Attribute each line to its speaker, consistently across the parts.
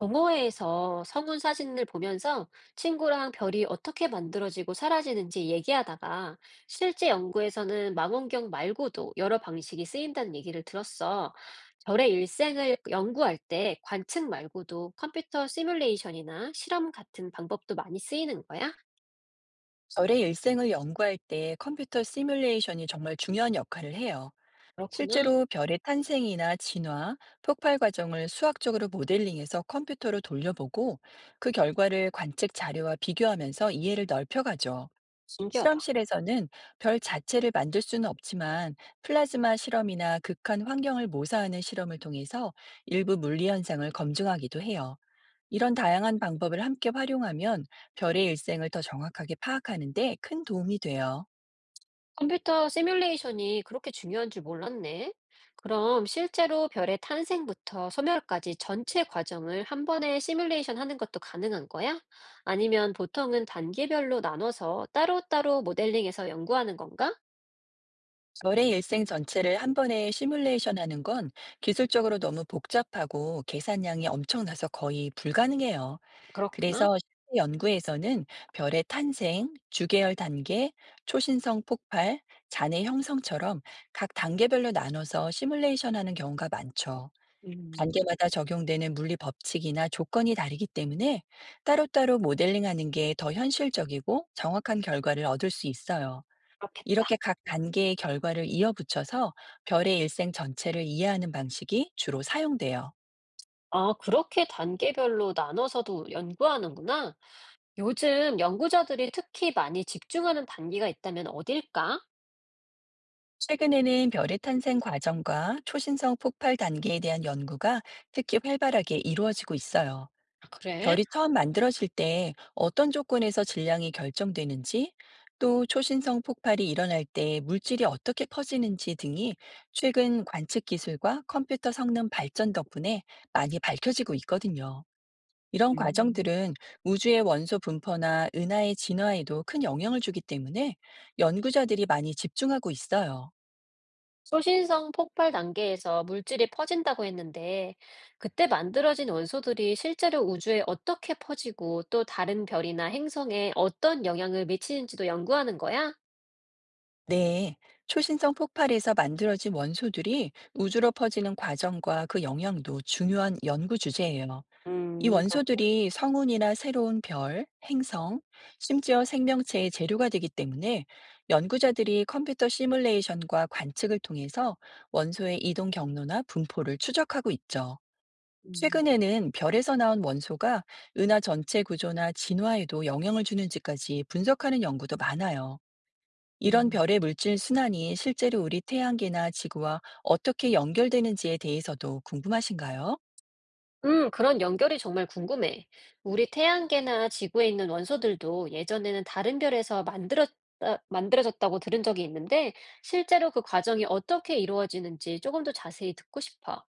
Speaker 1: 동호회에서 성운 사진을 보면서 친구랑 별이 어떻게 만들어지고 사라지는지 얘기하다가 실제 연구에서는 망원경 말고도 여러 방식이 쓰인다는 얘기를 들었어. 별의 일생을 연구할 때 관측 말고도 컴퓨터 시뮬레이션이나 실험 같은 방법도 많이 쓰이는 거야?
Speaker 2: 별의 일생을 연구할 때 컴퓨터 시뮬레이션이 정말 중요한 역할을 해요.
Speaker 1: 그렇구나.
Speaker 2: 실제로 별의 탄생이나 진화, 폭발 과정을 수학적으로 모델링해서 컴퓨터로 돌려보고 그 결과를 관측 자료와 비교하면서 이해를 넓혀가죠.
Speaker 1: 신기하다.
Speaker 2: 실험실에서는 별 자체를 만들 수는 없지만 플라즈마 실험이나 극한 환경을 모사하는 실험을 통해서 일부 물리 현상을 검증하기도 해요. 이런 다양한 방법을 함께 활용하면 별의 일생을 더 정확하게 파악하는 데 큰 도움이 돼요.
Speaker 1: 컴퓨터 시뮬레이션이 그렇게 중요한 줄 몰랐네. 그럼 실제로 별의 탄생부터 소멸까지 전체 과정을 한 번에 시뮬레이션 하는 것도 가능한 거야? 아니면 보통은 단계별로 나눠서 따로따로 모델링해서 연구하는 건가?
Speaker 2: 별의 일생 전체를 한 번에 시뮬레이션 하는 건 기술적으로 너무 복잡하고 계산량이 엄청나서 거의 불가능해요.
Speaker 1: 그렇구나.
Speaker 2: 그래서 실제 연구에서는 별의 탄생, 주계열 단계, 초신성 폭발, 잔해 형성처럼 각 단계별로 나눠서 시뮬레이션 하는 경우가 많죠.
Speaker 1: 음,
Speaker 2: 단계마다 적용되는 물리 법칙이나 조건이 다르기 때문에 따로따로 모델링하는 게 더 현실적이고 정확한 결과를 얻을 수 있어요.
Speaker 1: 그렇겠다.
Speaker 2: 이렇게 각 단계의 결과를 이어붙여서 별의 일생 전체를 이해하는 방식이 주로 사용돼요.
Speaker 1: 아, 그렇게 단계별로 나눠서도 연구하는구나. 요즘 연구자들이 특히 많이 집중하는 단계가 있다면 어딜까?
Speaker 2: 최근에는 별의 탄생 과정과 초신성 폭발 단계에 대한 연구가 특히 활발하게 이루어지고 있어요.
Speaker 1: 아, 그래?
Speaker 2: 별이 처음 만들어질 때 어떤 조건에서 질량이 결정되는지, 또 초신성 폭발이 일어날 때 물질이 어떻게 퍼지는지 등이 최근 관측 기술과 컴퓨터 성능 발전 덕분에 많이 밝혀지고 있거든요. 이런
Speaker 1: 음.
Speaker 2: 과정들은 우주의 원소 분포나 은하의 진화에도 큰 영향을 주기 때문에 연구자들이 많이 집중하고 있어요.
Speaker 1: 소신성 폭발 단계에서 물질이 퍼진다고 했는데, 그때 만들어진 원소들이 실제로 우주에 어떻게 퍼지고 또 다른 별이나 행성에 어떤 영향을 미치는지도 연구하는 거야?
Speaker 2: 네. 초신성 폭발에서 만들어진 원소들이 우주로 퍼지는 과정과 그 영향도 중요한 연구 주제예요. 이
Speaker 1: 그렇구나.
Speaker 2: 원소들이 성운이나 새로운 별, 행성, 심지어 생명체의 재료가 되기 때문에 연구자들이 컴퓨터 시뮬레이션과 관측을 통해서 원소의 이동 경로나 분포를 추적하고 있죠.
Speaker 1: 음,
Speaker 2: 최근에는 별에서 나온 원소가 은하 전체 구조나 진화에도 영향을 주는지까지 분석하는 연구도 많아요. 이런
Speaker 1: 음.
Speaker 2: 별의 물질 순환이 실제로 우리 태양계나 지구와 어떻게 연결되는지에 대해서도 궁금하신가요?
Speaker 1: 그런 연결이 정말 궁금해. 우리 태양계나 지구에 있는 원소들도 예전에는 다른 별에서 만들어졌다고 들은 적이 있는데, 실제로 그 과정이 어떻게 이루어지는지 조금 더 자세히 듣고 싶어.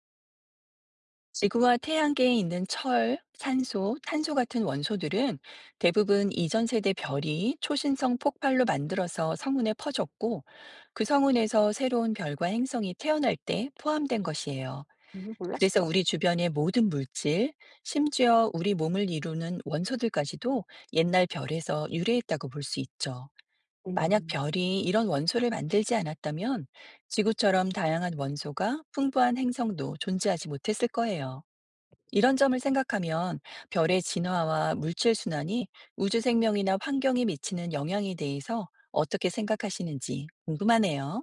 Speaker 2: 지구와 태양계에 있는 철, 산소, 탄소 같은 원소들은 대부분 이전 세대 별이 초신성 폭발로 만들어서 성운에 퍼졌고, 그 성운에서 새로운 별과 행성이 태어날 때 포함된 것이에요.
Speaker 1: 몰랐어.
Speaker 2: 그래서 우리 주변의 모든 물질, 심지어 우리 몸을 이루는 원소들까지도 옛날 별에서 유래했다고 볼 수 있죠. 만약
Speaker 1: 음.
Speaker 2: 별이 이런 원소를 만들지 않았다면 지구처럼 다양한 원소가 풍부한 행성도 존재하지 못했을 거예요. 이런 점을 생각하면 별의 진화와 물질 순환이 우주 생명이나 환경에 미치는 영향에 대해서 어떻게 생각하시는지 궁금하네요.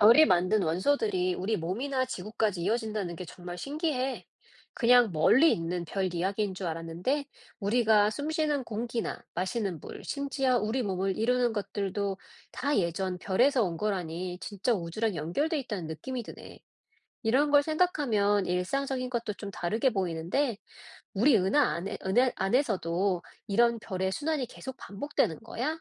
Speaker 1: 별이 만든 원소들이 우리 몸이나 지구까지 이어진다는 게 정말 신기해. 그냥 멀리 있는 별 이야기인 줄 알았는데, 우리가 숨 쉬는 공기나 마시는 물, 심지어 우리 몸을 이루는 것들도 다 예전 별에서 온 거라니 진짜 우주랑 연결돼 있다는 느낌이 드네. 이런 걸 생각하면 일상적인 것도 좀 다르게 보이는데, 은하 안에서도 이런 별의 순환이 계속 반복되는 거야?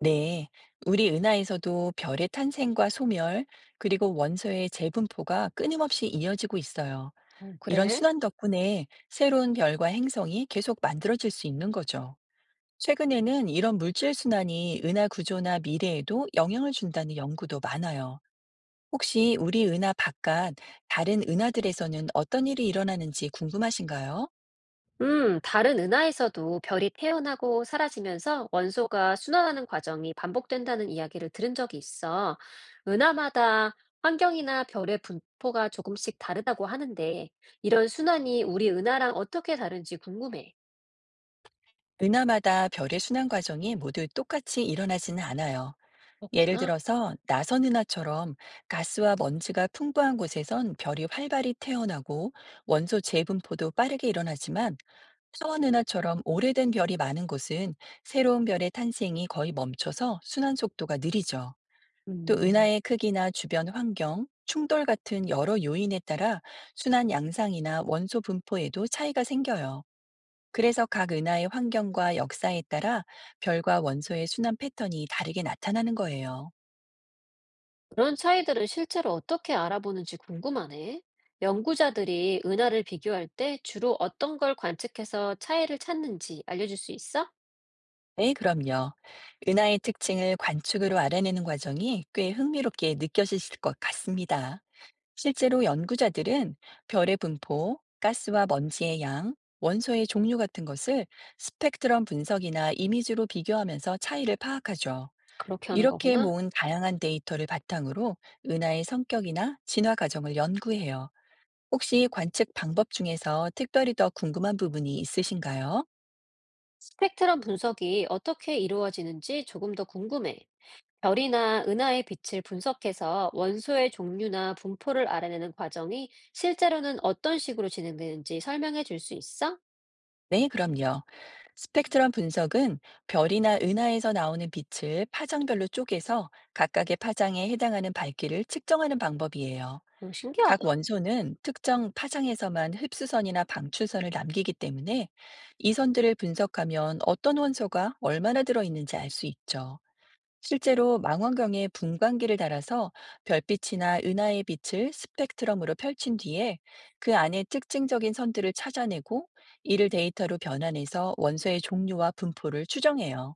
Speaker 2: 네, 우리 은하에서도 별의 탄생과 소멸, 그리고 원소의 재분포가 끊임없이 이어지고 있어요.
Speaker 1: 어,
Speaker 2: 이런
Speaker 1: 그래?
Speaker 2: 순환 덕분에 새로운 별과 행성이 계속 만들어질 수 있는 거죠. 최근에는 이런 물질 순환이 은하 구조나 미래에도 영향을 준다는 연구도 많아요. 혹시 우리 은하 바깥 다른 은하들에서는 어떤 일이 일어나는지 궁금하신가요?
Speaker 1: 다른 은하에서도 별이 태어나고 사라지면서 원소가 순환하는 과정이 반복된다는 이야기를 들은 적이 있어. 은하마다 환경이나 별의 분포가 조금씩 다르다고 하는데, 이런 순환이 우리 은하랑 어떻게 다른지 궁금해.
Speaker 2: 은하마다 별의 순환 과정이 모두 똑같이 일어나지는 않아요. 예를
Speaker 1: 그렇구나.
Speaker 2: 들어서 나선 은하처럼 가스와 먼지가 풍부한 곳에선 별이 활발히 태어나고 원소 재분포도 빠르게 일어나지만, 타원 은하처럼 오래된 별이 많은 곳은 새로운 별의 탄생이 거의 멈춰서 순환 속도가 느리죠. 또
Speaker 1: 음.
Speaker 2: 은하의 크기나 주변 환경, 충돌 같은 여러 요인에 따라 순환 양상이나 원소 분포에도 차이가 생겨요. 그래서 각 은하의 환경과 역사에 따라 별과 원소의 순환 패턴이 다르게 나타나는 거예요.
Speaker 1: 그런 차이들을 실제로 어떻게 알아보는지 궁금하네. 연구자들이 은하를 비교할 때 주로 어떤 걸 관측해서 차이를 찾는지 알려줄 수 있어?
Speaker 2: 네, 그럼요. 은하의 특징을 관측으로 알아내는 과정이 꽤 흥미롭게 느껴지실 것 같습니다. 실제로 연구자들은 별의 분포, 가스와 먼지의 양, 원소의 종류 같은 것을 스펙트럼 분석이나 이미지로 비교하면서 차이를 파악하죠.
Speaker 1: 그렇게 하는
Speaker 2: 이렇게
Speaker 1: 거구나.
Speaker 2: 모은 다양한 데이터를 바탕으로 은하의 성격이나 진화 과정을 연구해요. 혹시 관측 방법 중에서 특별히 더 궁금한 부분이 있으신가요?
Speaker 1: 스펙트럼 분석이 어떻게 이루어지는지 조금 더 궁금해. 별이나 은하의 빛을 분석해서 원소의 종류나 분포를 알아내는 과정이 실제로는 어떤 식으로 진행되는지 설명해 줄 수 있어?
Speaker 2: 네, 그럼요. 스펙트럼 분석은 별이나 은하에서 나오는 빛을 파장별로 쪼개서 각각의 파장에 해당하는 밝기를 측정하는 방법이에요.
Speaker 1: 오,
Speaker 2: 각
Speaker 1: 신기하다.
Speaker 2: 원소는 특정 파장에서만 흡수선이나 방출선을 남기기 때문에 이 선들을 분석하면 어떤 원소가 얼마나 들어있는지 알 수 있죠. 실제로 망원경에 분광기를 달아서 별빛이나 은하의 빛을 스펙트럼으로 펼친 뒤에 그 안에 특징적인 선들을 찾아내고 이를 데이터로 변환해서 원소의 종류와 분포를 추정해요.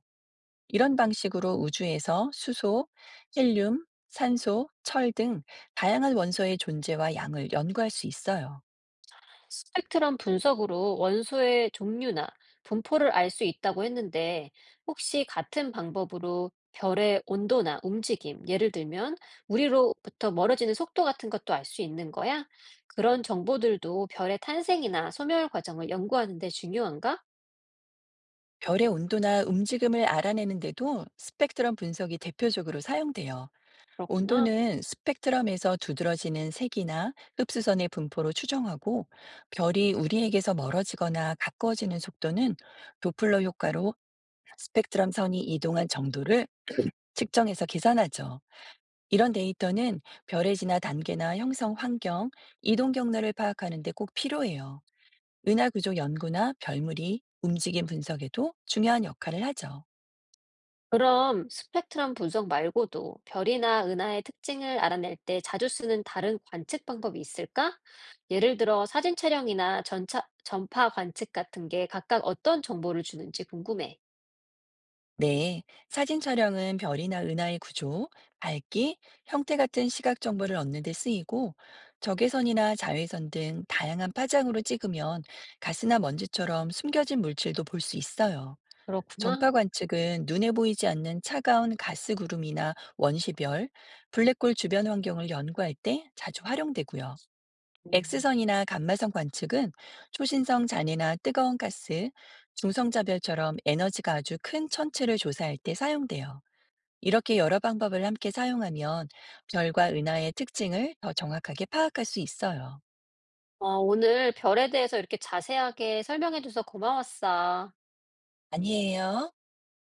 Speaker 2: 이런 방식으로 우주에서 수소, 헬륨, 산소, 철 등 다양한 원소의 존재와 양을 연구할 수 있어요.
Speaker 1: 스펙트럼 분석으로 원소의 종류나 분포를 알 수 있다고 했는데, 혹시 같은 방법으로 별의 온도나 움직임, 예를 들면 우리로부터 멀어지는 속도 같은 것도 알 수 있는 거야? 그런 정보들도 별의 탄생이나 소멸 과정을 연구하는 데 중요한가?
Speaker 2: 별의 온도나 움직임을 알아내는데도 스펙트럼 분석이 대표적으로 사용돼요.
Speaker 1: 그렇구나.
Speaker 2: 온도는 스펙트럼에서 두드러지는 색이나 흡수선의 분포로 추정하고, 별이 우리에게서 멀어지거나 가까워지는 속도는 도플러 효과로 스펙트럼 선이 이동한 정도를 측정해서 계산하죠. 이런 데이터는 별의 진화 단계나 형성 환경, 이동 경로를 파악하는 데 꼭 필요해요. 은하 구조 연구나 별무리, 움직임 분석에도 중요한 역할을 하죠.
Speaker 1: 그럼 스펙트럼 분석 말고도 별이나 은하의 특징을 알아낼 때 자주 쓰는 다른 관측 방법이 있을까? 예를 들어 사진 촬영이나 전차, 전파 관측 같은 게 각각 어떤 정보를 주는지 궁금해.
Speaker 2: 네, 사진 촬영은 별이나 은하의 구조, 밝기, 형태 같은 시각 정보를 얻는 데 쓰이고, 적외선이나 자외선 등 다양한 파장으로 찍으면 가스나 먼지처럼 숨겨진 물질도 볼 수 있어요.
Speaker 1: 그렇구나.
Speaker 2: 전파 관측은 눈에 보이지 않는 차가운 가스 구름이나 원시별, 블랙홀 주변 환경을 연구할 때 자주 활용되고요.
Speaker 1: 음.
Speaker 2: X선이나 감마선 관측은 초신성 잔해나 뜨거운 가스, 중성자별처럼 에너지가 아주 큰 천체를 조사할 때 사용돼요. 이렇게 여러 방법을 함께 사용하면 별과 은하의 특징을 더 정확하게 파악할 수 있어요.
Speaker 1: 어, 오늘 별에 대해서 이렇게 자세하게 설명해줘서 고마웠어.
Speaker 2: 아니에요.